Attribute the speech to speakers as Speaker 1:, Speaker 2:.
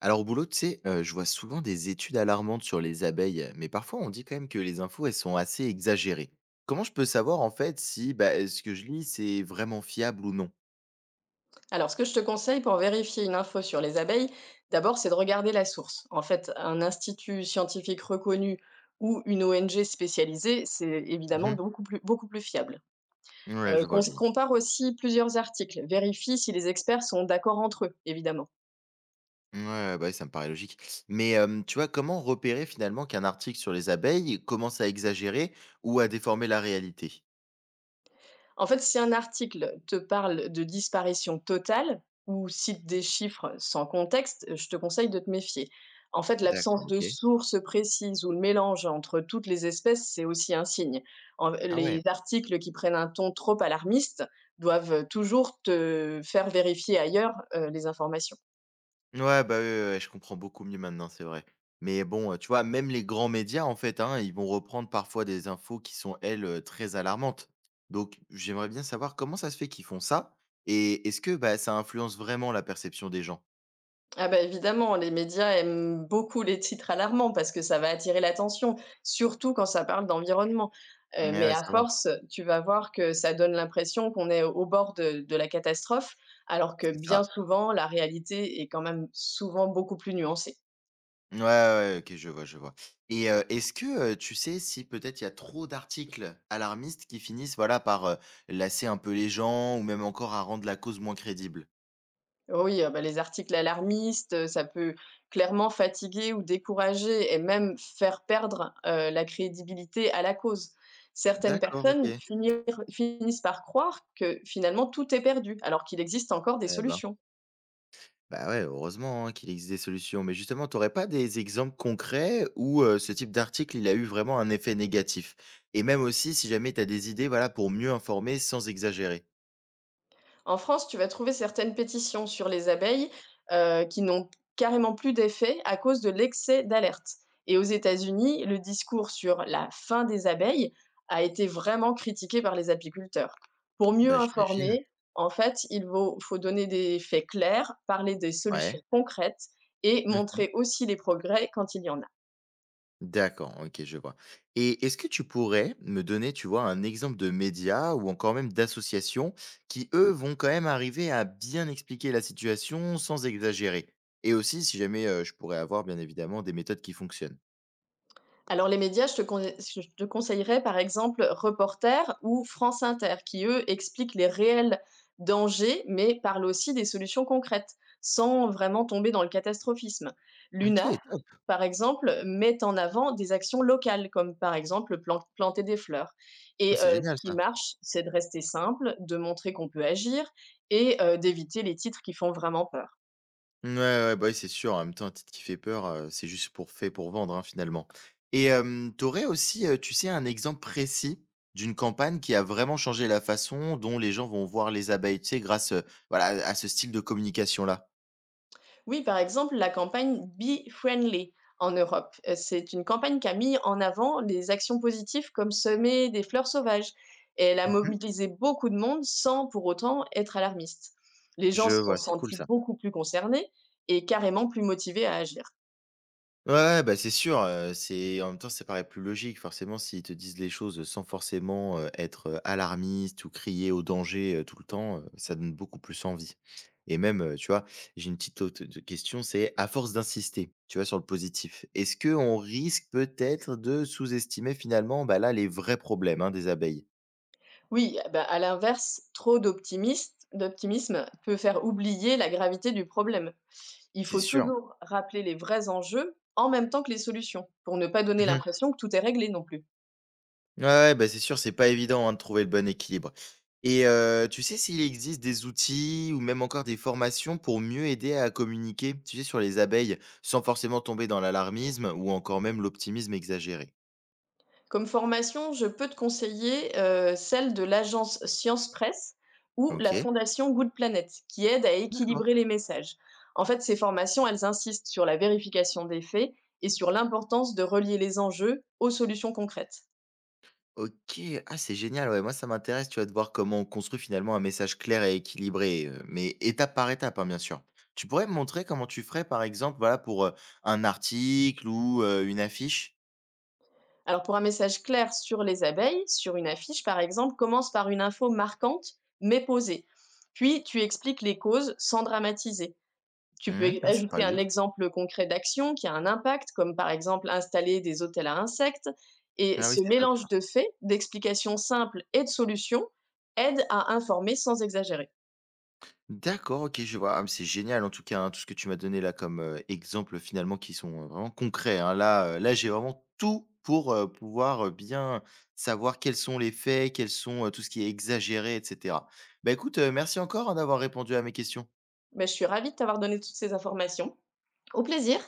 Speaker 1: Alors au boulot, tu sais, je vois souvent des études alarmantes sur les abeilles, mais parfois on dit quand même que les infos, elles sont assez exagérées. Comment je peux savoir en fait si ce que je lis, c'est vraiment fiable ou non?
Speaker 2: Alors, ce que je te conseille pour vérifier une info sur les abeilles, d'abord, c'est de regarder la source. En fait, un institut scientifique reconnu ou une ONG spécialisée, c'est évidemment
Speaker 1: Mhm.
Speaker 2: beaucoup plus fiable.
Speaker 1: Ouais, je vois, je vois.
Speaker 2: Compare aussi plusieurs articles. Vérifie si les experts sont d'accord entre eux, évidemment.
Speaker 1: Ouais, bah, ouais, ça me paraît logique. Mais tu vois, comment repérer finalement qu'un article sur les abeilles commence à exagérer ou à déformer la réalité?
Speaker 2: En fait, si un article te parle de disparition totale ou cite des chiffres sans contexte, je te conseille de te méfier. En fait,
Speaker 1: D'accord,
Speaker 2: l'absence de
Speaker 1: ok.
Speaker 2: sources précises ou le mélange entre toutes les espèces, c'est aussi un signe.
Speaker 1: Ah ouais.
Speaker 2: Les articles qui prennent un ton trop alarmiste doivent toujours te faire vérifier ailleurs les informations.
Speaker 1: Ouais, bah, ouais, ouais, ouais, je comprends beaucoup mieux maintenant, c'est vrai. Mais bon, tu vois, même les grands médias, en fait, hein, ils vont reprendre parfois des infos qui sont, elles, très alarmantes. Donc j'aimerais bien savoir comment ça se fait qu'ils font ça? Et est-ce que, bah, ça influence vraiment la perception des gens?
Speaker 2: Ah bah, évidemment, les médias aiment beaucoup les titres alarmants parce que ça va attirer l'attention, surtout quand ça parle d'environnement.
Speaker 1: Ouais,
Speaker 2: Mais
Speaker 1: ouais,
Speaker 2: à
Speaker 1: ça va,
Speaker 2: force, tu vas voir que ça donne l'impression qu'on est au bord de la catastrophe, alors que
Speaker 1: c'est ça.
Speaker 2: bien souvent la réalité est quand même souvent beaucoup plus nuancée.
Speaker 1: Ouais, ouais, ouais, OK, je vois, je vois. Et est-ce que, tu sais si peut-être il y a trop d'articles alarmistes qui finissent, voilà, par, lasser un peu les gens ou même encore à rendre la cause moins crédible?
Speaker 2: Oui, ah bah, les articles alarmistes, ça peut clairement fatiguer ou décourager et même faire perdre, la crédibilité à la cause. Certaines
Speaker 1: D'accord,
Speaker 2: personnes
Speaker 1: OK.
Speaker 2: finir finissent par croire que finalement tout est perdu alors qu'il existe encore des
Speaker 1: Eh ben,
Speaker 2: solutions.
Speaker 1: bah, ouais, heureusement, hein, qu'il existe des solutions. Mais justement, t'aurais pas des exemples concrets où, ce type d'article, il a eu vraiment un effet négatif? Et même aussi, si jamais t'as des idées, voilà, pour mieux informer sans exagérer?
Speaker 2: En France, tu vas trouver certaines pétitions sur les abeilles, qui n'ont carrément plus d'effet à cause de l'excès d'alerte et aux États-Unis, le discours sur la fin des abeilles a été vraiment critiqué par les apiculteurs. Pour mieux
Speaker 1: Bah, j'imagine.
Speaker 2: informer, en fait, il vaut faut donner des faits clairs, parler des solutions
Speaker 1: Ouais.
Speaker 2: concrètes et
Speaker 1: Mmh.
Speaker 2: montrer aussi les progrès quand il y en a.
Speaker 1: D'accord, OK, je vois. Et est-ce que tu pourrais me donner, tu vois, un exemple de médias ou encore même d'associations qui, eux, vont quand même arriver à bien expliquer la situation sans exagérer? Et aussi, si jamais, je pourrais avoir, bien évidemment, des méthodes qui fonctionnent.
Speaker 2: Alors les médias, je te conseillerais par exemple Reporter ou France Inter qui, eux, expliquent les réels dangers, mais parlent aussi des solutions concrètes, sans vraiment tomber dans le catastrophisme.
Speaker 1: OK,
Speaker 2: L'UNAF,
Speaker 1: top.
Speaker 2: par exemple, met en avant des actions locales, comme par exemple planter des fleurs.
Speaker 1: Ouais,
Speaker 2: Et
Speaker 1: c'est
Speaker 2: ce
Speaker 1: génial
Speaker 2: qui
Speaker 1: ça.
Speaker 2: marche, c'est de rester simple, de montrer qu'on peut agir et d'éviter les titres qui font vraiment peur.
Speaker 1: Ouais, ouais, bah, oui, c'est sûr. En même temps, un titre qui fait peur, c'est juste pour fait pour vendre, hein, finalement. Et hem, tu aurais aussi, tu sais, un exemple précis d'une campagne qui a vraiment changé la façon dont les gens vont voir les abeilles, tu sais, grâce, voilà, à ce style de communication-là?
Speaker 2: Oui, par exemple, la campagne Be Friendly en Europe. C'est une campagne qui a mis en avant les actions positives comme semer des fleurs sauvages. Et elle a
Speaker 1: Mmh.
Speaker 2: mobilisé beaucoup de monde sans pour autant être alarmiste. Les gens
Speaker 1: Je
Speaker 2: se
Speaker 1: vois,
Speaker 2: sont
Speaker 1: c'est cool
Speaker 2: sentis
Speaker 1: ça.
Speaker 2: beaucoup plus concernés et carrément plus motivés à agir.
Speaker 1: Ouais, ouais, bah, c'est sûr, c'est en même temps, ça paraît plus logique. Forcément, s'ils te disent les choses sans forcément, être, alarmiste ou crier au danger, tout le temps, ça donne beaucoup plus envie et même, tu vois, j'ai une petite autre de question, c'est à force d'insister, tu vois, sur le positif, est-ce que on risque peut-être de sous-estimer finalement, bah, là, les vrais problèmes, hein, des abeilles?
Speaker 2: Oui, bah, à l'inverse, trop d'optimisme peut faire oublier la gravité du problème. Il
Speaker 1: C'est
Speaker 2: faut
Speaker 1: sûr.
Speaker 2: toujours rappeler les vrais enjeux en même temps que les solutions, pour ne pas donner l'impression que tout est réglé non plus.
Speaker 1: Ouais, ouais, bah, c'est sûr, c'est pas évident, hein, de trouver le bon équilibre et tu sais s'il existe des outils ou même encore des formations pour mieux aider à communiquer, tu sais, sur les abeilles, sans forcément tomber dans l'alarmisme ou encore même l'optimisme exagéré?
Speaker 2: Comme formation, je peux te conseiller, celle de l'agence Science Presse ou la
Speaker 1: OK.
Speaker 2: fondation Good Planet, qui aident à
Speaker 1: D'accord.
Speaker 2: équilibrer les messages. En fait, ces formations, elles insistent sur la vérification des faits et sur l'importance de relier les enjeux aux solutions concrètes.
Speaker 1: OK. Ah, c'est génial, ouais, moi ça m'intéresse, tu vas de voir comment on construit finalement un message clair et équilibré, mais étape par étape, hein, bien sûr. Tu pourrais me montrer comment tu ferais, par exemple, voilà, pour, un article ou une affiche?
Speaker 2: Alors pour un message clair sur les abeilles, sur une affiche par exemple, commence par une info marquante mais posée. Puis tu expliques les causes sans dramatiser. Tu peux
Speaker 1: Hmm. Ouais, c'est pas
Speaker 2: ajouter un
Speaker 1: logique.
Speaker 2: exemple concret d'action qui a un impact, comme par exemple installer des hôtels à insectes. Et
Speaker 1: Ah oui,
Speaker 2: ce
Speaker 1: c'est top ça.
Speaker 2: mélange de faits, d'explications simples et de solutions aide à informer sans exagérer.
Speaker 1: D'accord, OK, je vois. Ah, mais c'est génial en tout cas, hein, tout ce que tu m'as donné là comme, exemples finalement qui sont, vraiment concrets, hein. Là, j'ai vraiment tout pour, pouvoir, bien savoir quels sont les faits, quels sont, tout ce qui est exagéré et cetera. Bah, écoute, merci encore, hein, d'avoir répondu à mes questions.
Speaker 2: Mais je suis ravie de t'avoir donné toutes ces informations. Au plaisir